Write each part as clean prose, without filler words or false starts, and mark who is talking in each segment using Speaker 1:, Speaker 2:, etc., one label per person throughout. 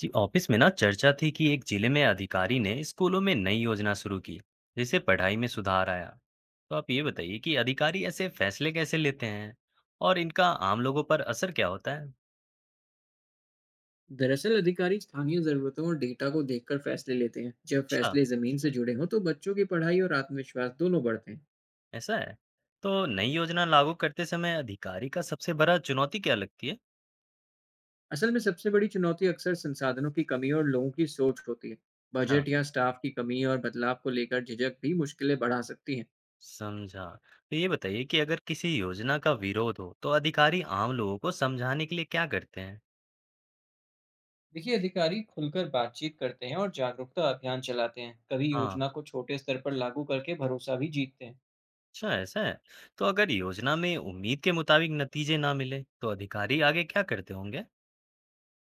Speaker 1: जी office में ना चर्चा थी कि एक जिले में अधिकारी ने स्कूलों में नई योजना शुरू की जिससे पढ़ाई में सुधार आया। तो आप ये बताइए कि अधिकारी ऐसे फैसले कैसे लेते हैं और इनका आम लोगों पर असर क्या होता है।
Speaker 2: दरअसल अधिकारी स्थानीय जरूरतों और डेटा को देखकर फैसले लेते हैं। जब
Speaker 1: अच्छा,
Speaker 2: फैसले जमीन से जुड़े हों तो बच्चों की पढ़ाई और आत्मविश्वास दोनों बढ़ते हैं।
Speaker 1: ऐसा है। तो नई योजना लागू करते समय अधिकारी का सबसे बड़ा चुनौती क्या लगती है।
Speaker 2: असल में सबसे बड़ी चुनौती अक्सर संसाधनों की कमी और लोगों की सोच होती है।
Speaker 1: अच्छा,
Speaker 2: बजट या स्टाफ की कमी और बदलाव को लेकर झिझक भी मुश्किलें बढ़ा सकती हैं।
Speaker 1: समझा। तो ये बताइए कि अगर किसी योजना का विरोध हो तो अधिकारी आम लोगों को समझाने के लिए क्या करते हैं।
Speaker 2: देखिए, अधिकारी खुलकर बातचीत करते हैं और जागरूकता अभियान चलाते हैं। कभी
Speaker 1: हाँ,
Speaker 2: योजना को छोटे स्तर पर लागू करके भरोसा भी जीतते हैं।
Speaker 1: अच्छा ऐसा है। तो अगर योजना में उम्मीद के मुताबिक नतीजे ना मिले तो अधिकारी आगे क्या करते होंगे।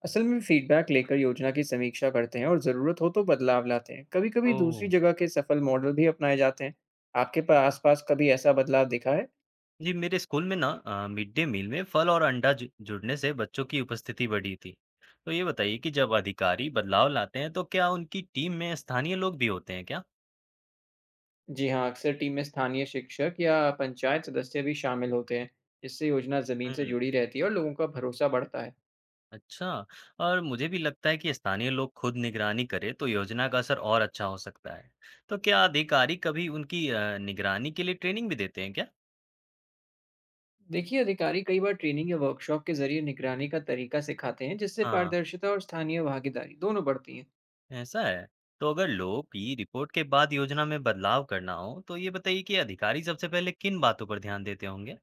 Speaker 2: असल में फीडबैक लेकर योजना की समीक्षा करते हैं और ज़रूरत हो तो बदलाव लाते हैं। कभी कभी दूसरी
Speaker 1: ओह।
Speaker 2: जगह के सफल मॉडल भी अपनाए जाते हैं। आपके पास आसपास कभी ऐसा बदलाव दिखा है?
Speaker 1: जी मेरे स्कूल में ना मिड डे मील में फल और अंडा जुड़ने से बच्चों की उपस्थिति बढ़ी थी। तो ये बताइए कि जब अधिकारी बदलाव लाते हैं तो क्या उनकी टीम में स्थानीय लोग भी होते हैं क्या।
Speaker 2: जी हाँ, अक्सर टीम में स्थानीय शिक्षक या पंचायत सदस्य भी शामिल होते हैं। इससे योजना ज़मीन से
Speaker 1: हम्म।
Speaker 2: जुड़ी रहती है और लोगों का भरोसा बढ़ता है।
Speaker 1: अच्छा। और मुझे भी लगता है कि स्थानीय लोग खुद निगरानी करें तो योजना का असर और अच्छा हो सकता है। तो क्या अधिकारी कभी उनकी निगरानी के लिए ट्रेनिंग भी देते हैं क्या।
Speaker 2: देखिए, अधिकारी कई बार ट्रेनिंग या वर्कशॉप के जरिए निगरानी का तरीका सिखाते हैं, जिससे
Speaker 1: हाँ,
Speaker 2: पारदर्शिता और स्थानीय भागीदारी दोनों बढ़ती हैं।
Speaker 1: ऐसा है। तो अगर लो की रिपोर्ट के बाद योजना में बदलाव करना हो तो ये बताइए कि अधिकारी सबसे पहले किन बातों पर ध्यान देते होंगे।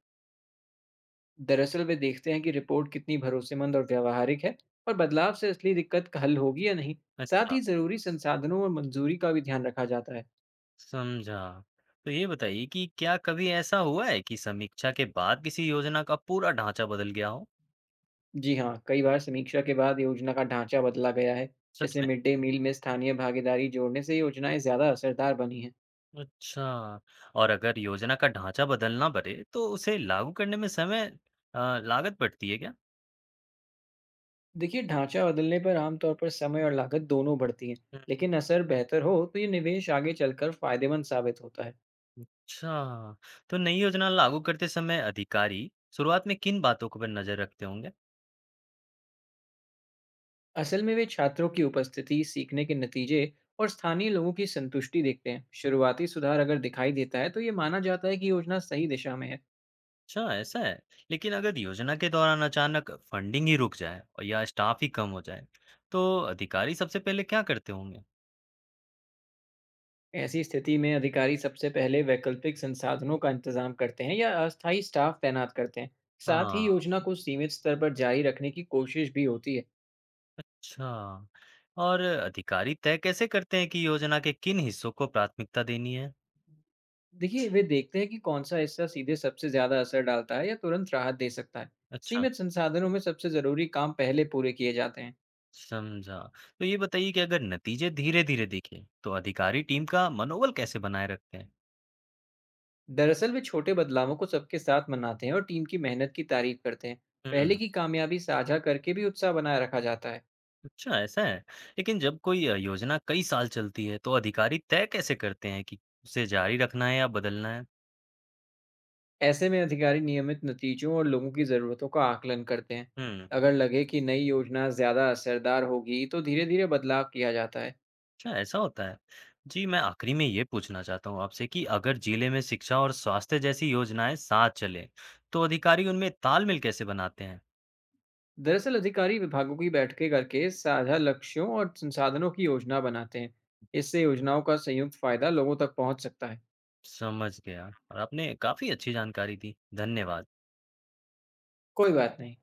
Speaker 2: दरअसल वे देखते हैं कि रिपोर्ट कितनी भरोसेमंद और व्यावहारिक है, और बदलाव से असली दिक्कत का हल होगी या नहीं। साथ
Speaker 1: अच्छा,
Speaker 2: ही जरूरी संसाधनों और मंजूरी का भी ध्यान रखा जाता है।
Speaker 1: समझा। तो ये बताइए कि क्या कभी ऐसा हुआ है कि समीक्षा के बाद किसी योजना का पूरा ढांचा बदल गया हो।
Speaker 2: जी हाँ, कई बार समीक्षा के बाद योजना का ढांचा बदला गया है।
Speaker 1: सच
Speaker 2: जैसे
Speaker 1: में।
Speaker 2: मिड डे मील में स्थानीय भागीदारी जोड़ने से योजनाएं ज़्यादा असरदार बनी हैं।
Speaker 1: अच्छा। और अगर योजना का ढांचा बदलना पड़े तो उसे लागू करने में समय लागत पड़ती है क्या।
Speaker 2: देखिए, ढांचा बदलने पर आमतौर पर समय और लागत दोनों बढ़ती हैं।
Speaker 1: हम्म।
Speaker 2: लेकिन असर बेहतर हो तो ये निवेश आगे चलकर फायदेमंद साबित होता है।
Speaker 1: अच्छा। तो नई योजना लागू करते समय अधिकारी शुरुआत में किन बातों को पर नजर रखते होंगे।
Speaker 2: असल में वे छात्रों की उपस्थिति, सीखने के नतीजे और स्थानीय लोगों की संतुष्टि देखते हैं। शुरुआती सुधार अगर दिखाई देता है तो ये माना जाता है कि योजना सही दिशा में है।
Speaker 1: अच्छा, ऐसा है। लेकिन अगर योजना के दौरान अचानक फंडिंग ही रुक जाए और या स्टाफ ही कम हो जाए, तो अधिकारी सबसे पहले क्या करते होंगे?
Speaker 2: ऐसी स्थिति में अधिकारी सबसे पहले वैकल्पिक संसाधनों का इंतजाम करते हैं या अस्थायी स्टाफ तैनात करते हैं। साथ ही
Speaker 1: हाँ,
Speaker 2: योजना को सीमित स्तर पर जारी रखने की कोशिश भी होती है।
Speaker 1: अच्छा। और अधिकारी तय कैसे करते हैं कि योजना के किन हिस्सों को प्राथमिकता देनी है?
Speaker 2: देखिए, वे देखते हैं कि कौन सा हिस्सा सीधे सबसे ज्यादा असर डालता है या तुरंत राहत दे सकता है।
Speaker 1: अच्छा,
Speaker 2: सीमित संसाधनों में सबसे जरूरी काम पहले पूरे किए जाते हैं।
Speaker 1: समझा। तो ये बताइए कि अगर नतीजे धीरे-धीरे दिखें, तो अधिकारी टीम का मनोबल कैसे बनाए रखते हैं?
Speaker 2: दरअसल वे छोटे बदलावों को सबके साथ मनाते हैं और टीम की मेहनत की तारीफ करते हैं। पहले
Speaker 1: हम्म।
Speaker 2: की कामयाबी साझा करके भी उत्साह बनाए रखा जाता है।
Speaker 1: अच्छा ऐसा है। लेकिन जब कोई योजना कई साल चलती है, तो अधिकारी तय कैसे करते हैं कि उसे जारी रखना है या बदलना है?
Speaker 2: ऐसे में अधिकारी नियमित नतीजों और लोगों की ज़रूरतों का आकलन करते हैं।
Speaker 1: हम्म।
Speaker 2: अगर लगे कि नई योजना ज़्यादा असरदार होगी तो धीरे धीरे बदलाव किया जाता है।
Speaker 1: अच्छा ऐसा होता है। जी, मैं आखिरी में ये पूछना चाहता हूँ आपसे कि अगर जिले में शिक्षा और स्वास्थ्य जैसी योजनाएँ साथ चलें, तो अधिकारी उनमें तालमेल कैसे बनाते हैं?
Speaker 2: दरअसल अधिकारी विभागों की बैठकें करके साझा लक्ष्यों और संसाधनों की योजना बनाते हैं। इससे योजनाओं का संयुक्त फायदा लोगों तक पहुंच सकता है।
Speaker 1: समझ गया और आपने काफ़ी अच्छी जानकारी दी। धन्यवाद।
Speaker 2: कोई बात नहीं।